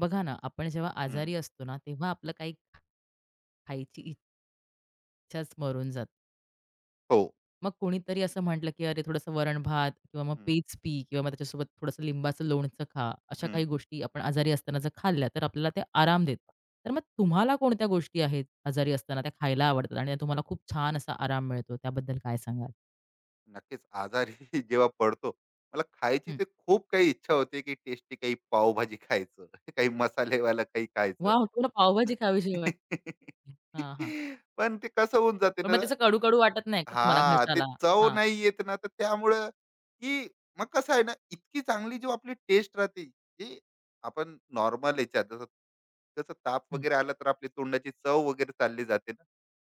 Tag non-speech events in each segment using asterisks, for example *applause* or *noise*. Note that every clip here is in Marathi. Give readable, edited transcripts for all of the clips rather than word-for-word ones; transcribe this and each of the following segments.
बघा ना, आपण जेव्हा हं, आजारी असतो ना, तेव्हा आपलं काही खा खायची इच्छाच मरून जात. हो. मग कोणीतरी असं म्हटलं, की "अरे, थोडंसं वरण-भात किंवा मग हं, पेज पी किंवा मग त्याच्यासोबत थोडंसं लिंबाचं लोणचं खा." अशा हं, काही गोष्टी आपण आजारी असताना जर खाल्ल्या, तर आपल्याला ते आराम देतात. तर मग हो. तुम्हाला कोणत्या गोष्टी आहेत आजारी असताना त्या खायला आवडतात आणि तुम्हाला खूप छान असा आराम मिळतो, त्याबद्दल काय सांगाल? नक्कीच आजारी *laughs* जेव्हा पडतो, मला खायची हं. ते खूप काही इच्छा होते, की टेस्टी काही पावभाजी खायचं, *laughs* काही मसालेवालं काही खायचं. वॉव! तुम्हाला पावभाजी खावीशी वाटते. *laughs* हां, हां. पण ते कसं होऊन जाते पण मग ना. त्याचं कडू-कडू वाटत नाही का तुम्हाला हां, ते घशाला? चव हां. नाही येत ना, तर त्यामुळं की मग कसं आहे ना, इतकी चांगली जो आपली टेस्ट राहते, की आपण नॉर्मल याच्यात जसं कसं ताप हं, वगैरे आला तर आपली तोंडाची चव वगैरे चालली जाते ना.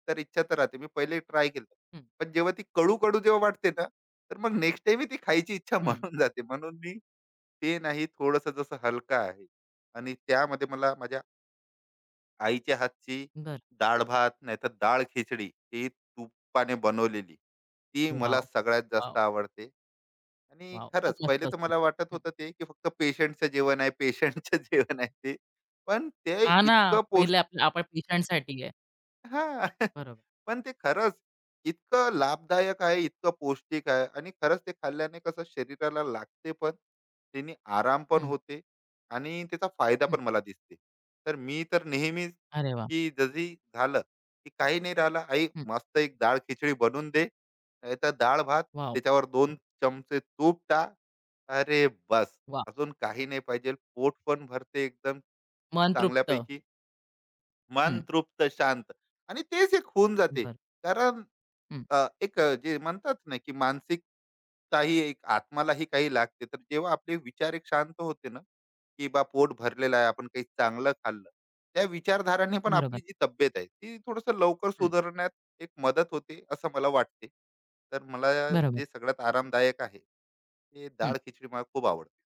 तर इच्छा तर राहते, मी पहिले ट्राय केलं, हं, पण जेव्हा ती कडू कडू जेव्हा वाटते ना, तर मग नेक्स्ट टाइम ती खायची इच्छा *laughs* हं. म्हणून जाते, म्हणून मी ते नाही. थोडस जसं हलका आहे आणि त्यामध्ये मला माझ्या आईच्या हातची बरं. डाळ भात नाहीतर डाळ खिचडी ती तुपाने बनवलेली ती मला वॉव! सगळ्यात जास्त वॉव! आवडते. आणि वाव, खूप खरंच मस्त पहिले तर असतं. मला वाटत हं. होतं ते की फक्त पेशंटचं जेवण आहे, पेशंटचं *laughs* जेवण आहे ते. पण ते हां ना, इतकं पहिले आपण पेशंटसाठी आहे. हां. *laughs* बरोबर. पण ते खरंच इतकं लाभदायक आहे, इतकं पौष्टिक आहे आणि खरंच ते खाल्ल्याने कसं शरीराला लागते पण, त्यानी आराम पण हं, होते आणि त्याचा फायदा हं. पण मला दिसते. तर मी तर नेहमीच, अरे वाह! की जरी झालं, की काही नाही राहिलं, आई हं. मस्त एक डाळ खिचडी बनवून दे, नाहीतर डाळ भात, वॉव! त्याच्यावर 2 चमचे तूप टाक. अरे बस! वाह! अजून काही नाही पाहिजे. पोट पण भरते एकदम मन तृप्त. चांगल्यापैकी. मन हं. तृप्त, शांत आणि तेच एक होऊन जाते. बरं. कारण हं. एक जे म्हणतात ना, की मानसिकताही एक आत्मालाही काही लागते. तर जेव्हा आपले विचार एक शांत होते ना, की बा पोट भरलेलं आहे, आपण काही चांगलं खाल्लं. त्या विचारधाराने पण आपली बरोबर. जी तब्येत आहे, ती थोडंसं लवकर हं. सुधारण्यात एक मदत होते, असं मला वाटते. तर मला बरोबर. जे सगळ्यात आरामदायक आहे, ते हं. डाळ खिचडी मला खूप आवडते.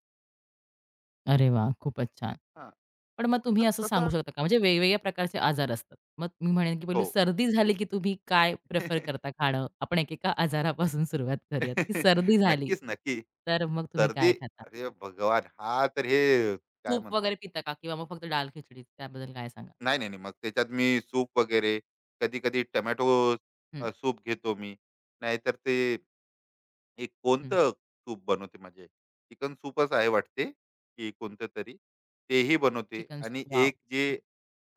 अरे वाह! खूपच छान. हां. पण मग तुम्ही तर असं सांगू तसा शकता का, म्हणजे वेगवेगळ्या प्रकारचे आजार असतात. मग मी म्हणेन की पहिली हो. सर्दी झाली की तुम्ही काय प्रिफर *laughs* करता खाणं? आपण एकेका आजारापासून सुरुवात करूयात, की *laughs* सर्दी झाली, नक्कीच, नक्की. तर मग तुम्ही सर्दी काय खाता? अरे भगवान! हा तर हे काय सूप म्हणतात. वगैरे पिता का? किंवा मग फक्त दाल खिचडी? त्याबद्दल काय सांगाल? नाही, नाही, नाही. मग त्याच्यात मी सूप वगैरे कधी-कधी टोमॅटो हं, सूप घेतो मी. नाहीतर ते एक हं. कोणतं सूप बनवते म्हणजे चिकन सूपच आहे वाटते, की कोणतं तरी. तेही बनवते चिकन सूप. आणि वाव. एक जे हं,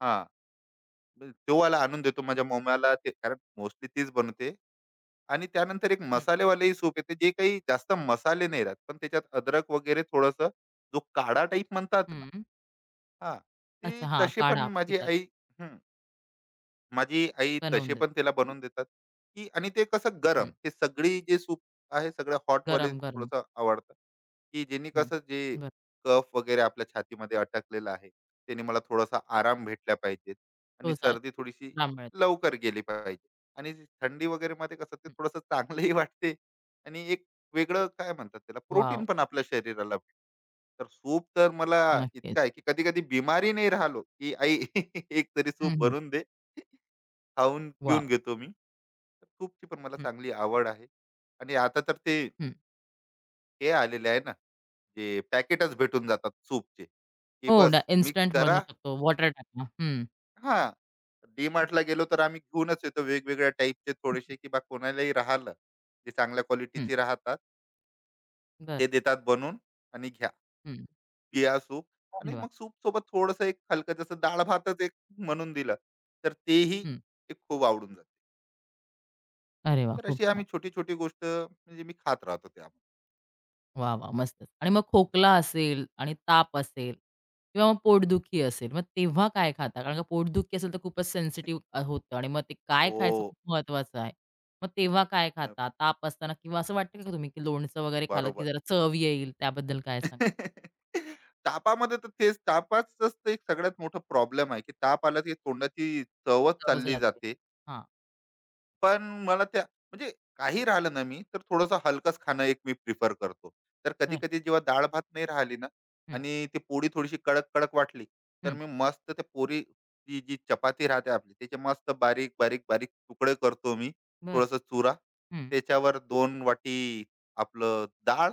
हां, तो वाला आणून देतो माझ्या मम्मीला ते, कारण मोस्टली तीच बनवते. आणि त्यानंतर एक हं, मसालेवालेही सूप येते, जे काही जास्त मसाले नाही राहत, पण त्याच्यात अद्रक वगैरे थोडंसं, जो काढा टाईप म्हणतात ना. हं. हां, ते अच्छा हां, तसे पण काढा माझी पितात, आई, हं, माझी आई बनवून तसे देतात. पण त्याला बनवून देतात, की आणि ते कसं हं. गरम हे सगळी जे सूप आहे सगळं हॉटवाले गरम, गरम. थोडंसं आवडतं, की ज्यांनी हं. कसं जे बरं. कफ वगैरे आपल्या छातीमध्ये अटकलेला आहे, त्याने मला थोडासा आराम भेटला पाहिजे आणि तोच आहे सर्दी थोडीशी रामळाचा. लवकर गेली पाहिजे आणि थंडी वगैरेमध्ये कसं ते हं. थोडंसं चांगलंही वाटते आणि एक वेगळं काय म्हणतात त्याला प्रोटीन वॉव! पण आपल्या शरीराला भेटते. तर सूप तर मला नक्कीच. इतकं आहे, की कधी-कधी बिमारी नाही राहिलो, की आई *laughs* एक तरी हं, सूप हं. बनवून दे. खाऊन-पिऊन वॉव! घेतो मी. तर तूपची पण मला हं, चांगली आवड आहे आणि आता तर ते हं. हे आलेले आहे ना, जे पॅकेटच भेटून जातात सूपचे, की हो ना, बस मिक्स इन्स्टंट बनवू करा. शकतो. वॉटर टाका. हं, हां. डी-मार्टला गेलो तर आम्ही घेऊनच येतो वेगवेगळ्या टाईपचे थोडेसे, की बा कोणालाही राहिलं, जे चांगल्या हं. क्वालिटीचे राहतात, ते बरं. देतात बनवून आणि घ्या, हं. पिया सूप. आणि अरे वाह! मग सूपसोबत थोडंसं एक हलकं जसं डाळ-भातच एक म्हणून दिलं, तर तेही हं. एक खूप आवडून जातं. अरे वाह! तर खूप अशी छान. आम्ही छोटी-छोटी गोष्ट म्हणजे मी खात राहतो त्यामध्ये. वाह! वाह! मस्तच. आणि मग खोकला असेल आणि ताप असेल किंवा मग पोटदुखी असेल, मग तेव्हा काय खाता? कारण का पोटदुखी असेल तर खूपच सेन्सिटिव्ह होतं आणि मग ते काय खायचं खूप हो. महत्त्वाचं आहे. मग तेव्हा काय नाही, खाता? ताप असताना किंवा असं वाटतं का तुम्ही, की लोणचं वगैरे खालं की बरोबर. जरा चव येईल, त्याबद्दल काय सांगाल? *laughs* तापामध्ये तर तेच तापाचंच ते एक सगळ्यात मोठा प्रॉब्लेम आहे, की ताप आला की तोंडाची चवच चव चालली जाते. जाते. हां, पण मला त्या म्हणजे काही राहिलं ना मी, तर थोडंसं हलकंच खाणं एक मी प्रिफर करतो. तर बरं. कधी-कधी जेव्हा डाळ-भात नाही राहिली ना हं, आणि ती पोळी थोडीशी कडक-कडक वाटली, तर हं. मी मस्त त्या पोळी जी जी चपाती राहते आपली, त्याचे मस्त बारीक, बारीक, बारीक तुकडे करतो मी. बरं. थोडासा चुरा, हं, त्याच्यावर 2 वाटी आपलं डाळ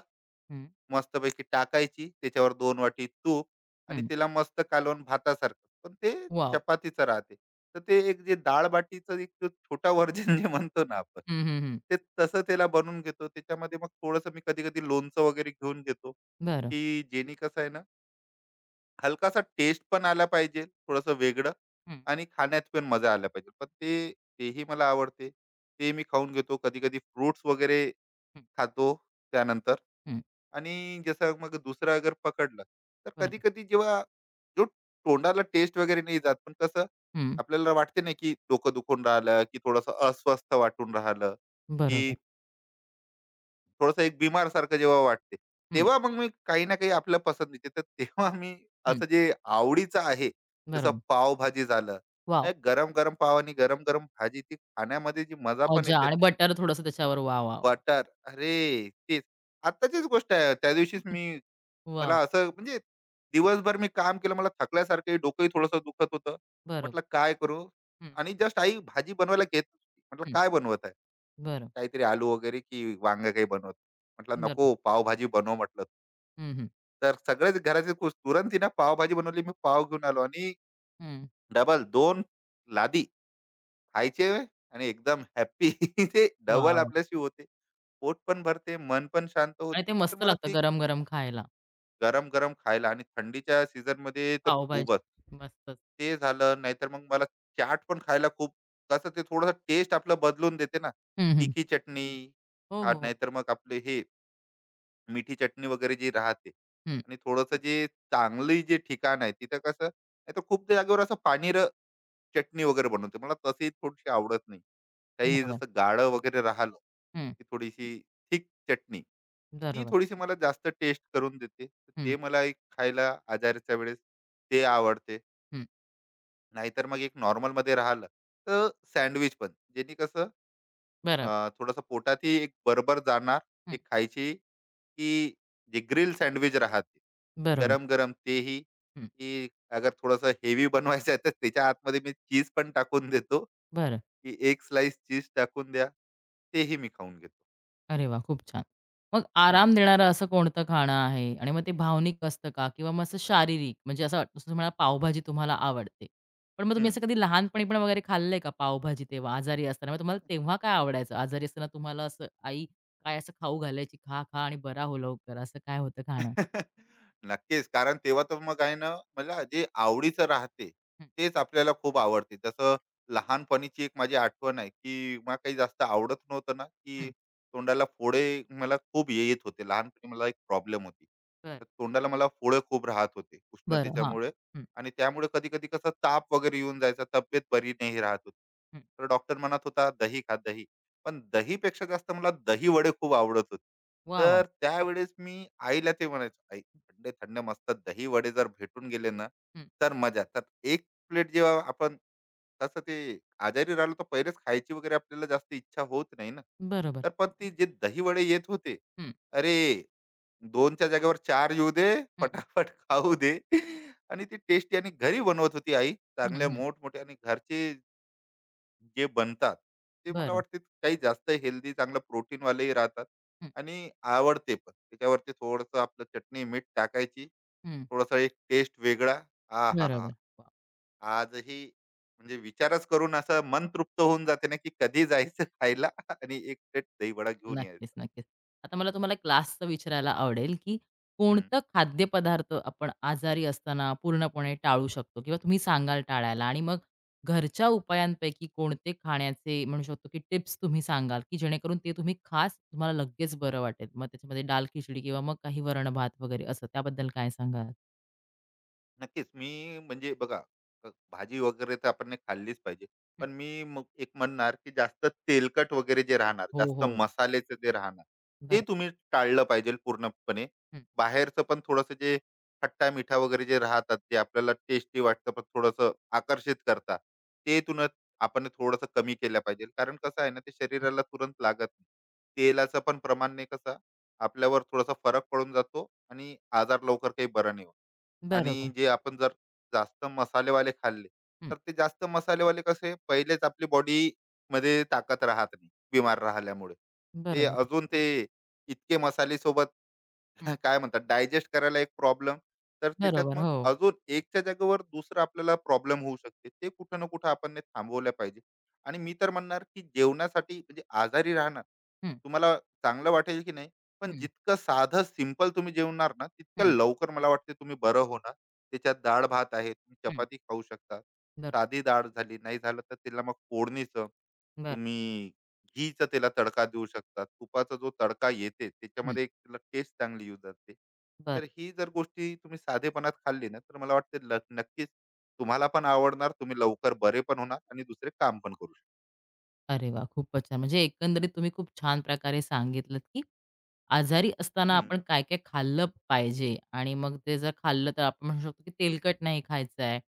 हं, मस्तपैकी टाकायची, त्याच्यावर दोन वाटी तूप आणि हं. तिला मस्त कालवून भातासारखं, पण ते वॉव! चपातीचं राहते. तर ते एक जे डाळ-बाटीचं एक जो छोटा व्हर्जन जे म्हणतो ना आपण, हं, हं, हं. ते तसं त्याला बनवून घेतो. त्याच्यामध्ये मग थोडंसं मी कधी-कधी लोणचं वगैरे घेऊन घेतो, बरं. की जेणे कसं आहे ना, हलकासा टेस्ट पण आला पाहिजे, थोडंसं वेगळं हं, आणि खाण्यात पण मजा आला पाहिजे. पण ते तेही मला आवडते. ते मी खाऊन घेतो. कधी-कधी फ्रुट्स वगैरे हं, खातो त्यानंतर. हं. आणि जसं मग दुसरं अगर पकडलं, तर बरं. कधी-कधी जेव्हा जो तोंडाला टेस्ट वगैरे नाही जात, पण कसं हं. आपल्याला वाटते ना, की डोकं दुखून राहिलं, की थोडंसं अस्वस्थ वाटून राहिलं, की बरोबर. थोडंसं एक बिमार बीमारसारखं जेव्हा वाटते, हं, तेव्हा मग मी काही ना काही आपल्या पसंतीचे तर तेव्हा मी हं. असं जे आवडीचं आहे, जसं बरोबर. पावभाजी झालं, गरम-गरम पाव आणि गरम-गरम भाजी ती खाण्यामध्ये जी मजा पण मजा येते आणि ना, बटर थोडंसं त्याच्यावर. वाह! वाह! बटर, अरे! तेच आत्ताचीच गोष्ट आहे. त्यादिवशीच मी वाह! मला वाव! असं म्हणजे दिवसभर मी काम केलं, मला थकल्यासारखं, डोकंही थोडंसं दुखत होतं. बरोबर. म्हटलं काय करू? हं, आणि जस्ट आई भाजी बनवायला घेत होती. म्हटलं हं. काय बनवत आहे? बरं, काहीतरी आलू वगैरे की वांगं काही बनवत? म्हटलं बरं. नको, पावभाजी बनव म्हटलं. हं, हं, तर सगळेच घराचे खुश. तुरंत तिनं पावभाजी बनवली. मी पाव घेऊन आलो आणि हं. डबल 2 लादी खायचे आणि एकदम हॅपी *laughs* ते वाह! डबल वाह! आपल्याशी होते. पोट पण भरते, मन पण शांत आणि होते. ते तर मस्त मला लागतं ते गरम-गरम खायला. गरम गरम खायला आणि थंडीच्या सीझन मध्ये तर खूपच. पावभाजी मस्तच. ते झालं नाहीतर मग मला चाट पण खायला खूप, कसं ते थोडंसं टेस्ट आपलं बदलून देते ना. हं, हं. तिखी चटणी हो, हां, हो, हो. नाहीतर मग आपले हे मिठी चटणी वगैरे जी राहते हं. आणि थोडंसं जे चांगली जे ठिकाण आहे तिथं कसं नाहीतर खूप त्या जागेवर असं पाणी चटणी वगैरे बनवते. मला तशी थोडीशी आवडत नाही. काही बरोबर. जसं गाढं वगैरे राहिलं, हं. की थोडीशी थिक चटणी, ती बरोबर. थोडीशी मला जास्त टेस्ट करून देते. तर हं, ते मला एक खायला आजाराच्या वेळेस ते आवडते. हं. नाहीतर मग एक नॉर्मलमध्ये राहिलं, तर सँडविच पण ज्यानी कसं बरं. थोडंसं पोटातही एक बरोबर जाणार, ते हं. खायची की जे ग्रिल सँडविच राहते, बरोबर. गरम-गरम तेही, हं. की अगर थोडंसं हेवी बनवायचं आहे, तर त्याच्या आतमध्ये मी चीज पण टाकून देतो, बरं. की एक स्लाइस चीज टाकून द्या. तेही मी खाऊन घेतो. अरे वा, खूप छान. मग हं, आराम देणारं असं कोणतं खाणं आहे? आणि मग ते भावनिक असतं का? किंवा मग असं शारीरिक? म्हणजे असं वाटतं, जसं तुम्हाला पावभाजी तुम्हाला आवडते. पण मग तुम्ही हं. असं कधी लहानपणी पण वगैरे खाल्लंय का पावभाजी तेव्हा आजारी असताना? मग तुम्हाला तेव्हा काय आवडायचं? आजारी असताना तुम्हाला असं आई काय असं खाऊ घालायची, "खा, खा आणि बरा हो लवकर." असं काय होतं खाणं? *laughs* नक्कीच. कारण तेव्हा तर मग आहे ना, मला जे आवडीचं राहते, हं, तेच आपल्याला खूप आवडते. जसं लहानपणीची एक माझी आठवण आहे, की मला काही जास्त आवडत नव्हतं ना, की हं. तोंडाला फोडे मला खूप येत होते. लहानपणी मला एक प्रॉब्लेम होती. बरं. तर तोंडाला मला फोडे खूप राहत होते बरं. हां. उष्णतेच्यामुळे हं, आणि त्यामुळे कधी-कधी कसं ताप वगैरे येऊन जायचा. तब्येत बरी नाही राहत होती. हं. तर डॉक्टर म्हणत होता, "दही खा, दही." पण दहीपेक्षा जास्त मला दही वडे खूप आवडत होते. वाह! वाह! तर त्यावेळेस मी आईला ते म्हणायचो, "आई, थंड-थंड मस्त दही वडे जर भेटून गेले ना, हं. तर मजा." तर एक प्लेट जेव्हा आपण तसं ते आजारी राहिलो, तर पहिलेच खायची वगैरे आपल्याला जास्त इच्छा होत नाही ना. बरोबर. तर पण ते जे दही वडे येत होते, हं, अरे 2च्या जागेवर 4 येऊ दे, हं. फटाफट खाऊ दे आणि ती टेस्टी आणि घरी बनवत होती आई. हं, चांगल्या हं. मोठमोठे आणि घरचे जे बनतात, ते मला बरं. वाटते काही जास्त हेल्दी, चांगलं प्रोटीन वालेही राहतात हं, आणि आवडते पण. त्याच्यावरती थोडंसं आपलं चटणी मीठ टाकायची, हं. थोडासा एक टेस्ट वेगळा, आ हा हा, बरोबर. आजही म्हणजे विचारच करून असं मन तृप्त होऊन जाते ना की कधी जायचं खायला आणि एक प्लेट दहीवडा घेऊन नक्कीच, यायचा. नक्कीच. आता मला तुम्हाला क्लासचं विचारायला आवडेल, की कोणतं खाद्यपदार्थ आपण आजारी असताना पूर्णपणे टाळू शकतो किंवा तुम्ही सांगाल टाळायला आणि मग घरच्या उपायांपैकी कोणते खाण्याचे म्हणू शकतो, की टिप्स तुम्ही सांगाल, की जेणेकरून ते तुम्ही खास तुम्हाला लगेच बरं वाटेल. मग त्याच्यामध्ये दाल खिचडी किंवा मग काही वरण-भात वगैरे असं त्याबद्दल काय सांगाल? नक्कीच. मी म्हणजे बघा भाजी वगैरे तर आपण ने खाल्लीच पाहिजे. हं. पण मी मग एक म्हणणार, की जास्त तेलकट वगैरे जे राहणार, हो, जास्त हो. मसाल्याचं जे राहणार, ते बरोबर. तुम्ही टाळलं पाहिजे पूर्णपणे. हं, बाहेरचं पण थोडंसं जे खट्टा-मिठा वगैरे जे राहतात, जे आपल्याला टेस्टी वाटतं पण थोडंसं आकर्षित करतात, ते तुनं आपण थोडंसं कमी केलं पाहिजे. कारण कसं आहे ना, ते हं. शरीराला तुरंत लागत नाही. तेलाचं पण प्रमाण नाही कसं आपल्यावर थोडासा फरक पडून जातो आणि आजार लवकर काही बरा नाही होत. आणि बरोबर. जे आपण जर जास्त मसालेवाले खाल्ले, हं. तर ते जास्त मसालेवाले कसे पहिलेच आपली बॉडी मध्ये ताकद राहत नाही, बिमार राहिल्यामुळे. ते बरोबर. अजून ते इतके मसालेसोबत हं. *laughs* काय म्हणतात डायजेस्ट करायला एक प्रॉब्लेम, तर त्याच्यात बरोबर. मग हो. अजून एकच्या जागेवर दुसरा आपल्याला प्रॉब्लेम होऊ शकते. ते कुठं ना कुठं आपण ते थांबवलं पाहिजे. आणि मी तर म्हणणार, की जेवणासाठी म्हणजे आजारी राहणार, हं, तुम्हाला चांगलं वाटेल की नाही, पण हं, जितकं साधं सिंपल तुम्ही जेवणार ना तितकं हं, लवकर मला वाटते तुम्ही बरं होणार. त्याच्यात डाळ भात आहे, तुम्ही हं. चपाती खाऊ शकता. बरं, साधी डाळ झाली, नाही झालं तर त्याला मग फोडणीचं बरं. तुम्ही घीचा त्याला तडका देऊ शकता. तुपाचा जो तडका येते हं, त्याच्यामध्ये एक त्याला टेस्ट चांगली येऊ जाते. बरं. तर ही जर गोष्टी तुम्ही साधेपणात खाल्ली ना, तर मला वाटते ल नक्कीच तुम्हाला पण आवडणार, तुम्ही लवकर बरे पण होणार आणि दुसरे काम पण करू अरे वाह! खूपच छान. म्हणजे एकंदरीत तुम्ही खूप छान प्रकारे सांगितलत, की आजारी असताना शकता. आपण काय-काय खाल्लं पाहिजे आणि मग ते जर खाल्लं तर आपण म्हणू शकतो, की तेलकट नाही खायचं आहे.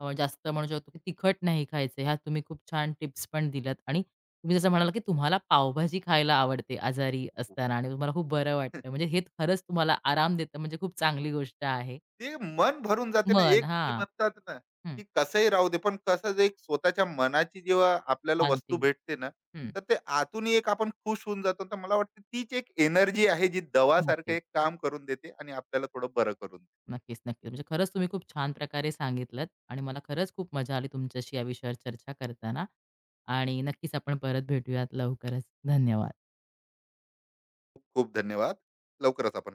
जास्त म्हणू शकतो, की तिखट नाही खायचं. ह्या तुम्ही खूप छान टिप्स पण दिल्यात आणि तुम्ही जसं म्हणालात, की तुम्हाला पावभाजी खायला आवडते आजारी असताना आणि तुम्हाला खूप बरं हं. वाटतं. म्हणजे हे खरंच तुम्हाला आराम देतं, म्हणजे खूप चांगली गोष्ट आहे. ते मन भरून जाते ना, मन एक ते हां. म्हणतात ना, हं. की कसंही राहू दे, पण कसं जे एक स्वतःच्या मनाची जेव्हा आपल्याला वस्तू शांती. भेटते ना, हं. तर ते आतूनही एक आपण खुश होऊन जातो. तर मला वाटतं तीच एक एनर्जी आहे, जी दवासारखं नक्कीच. एक काम करून देते आणि आपल्याला थोडं बरं करून देते. नक्कीच, नक्कीच. म्हणजे खरंच तुम्ही खूप छान प्रकारे सांगितलत आणि मला खरंच खूप मजा आली तुमच्याशी या विषयावर चर्चा करताना आणि नक्कीच आपण परत भेटूयात लवकरच. धन्यवाद. खूप खूप धन्यवाद. लवकरच आपण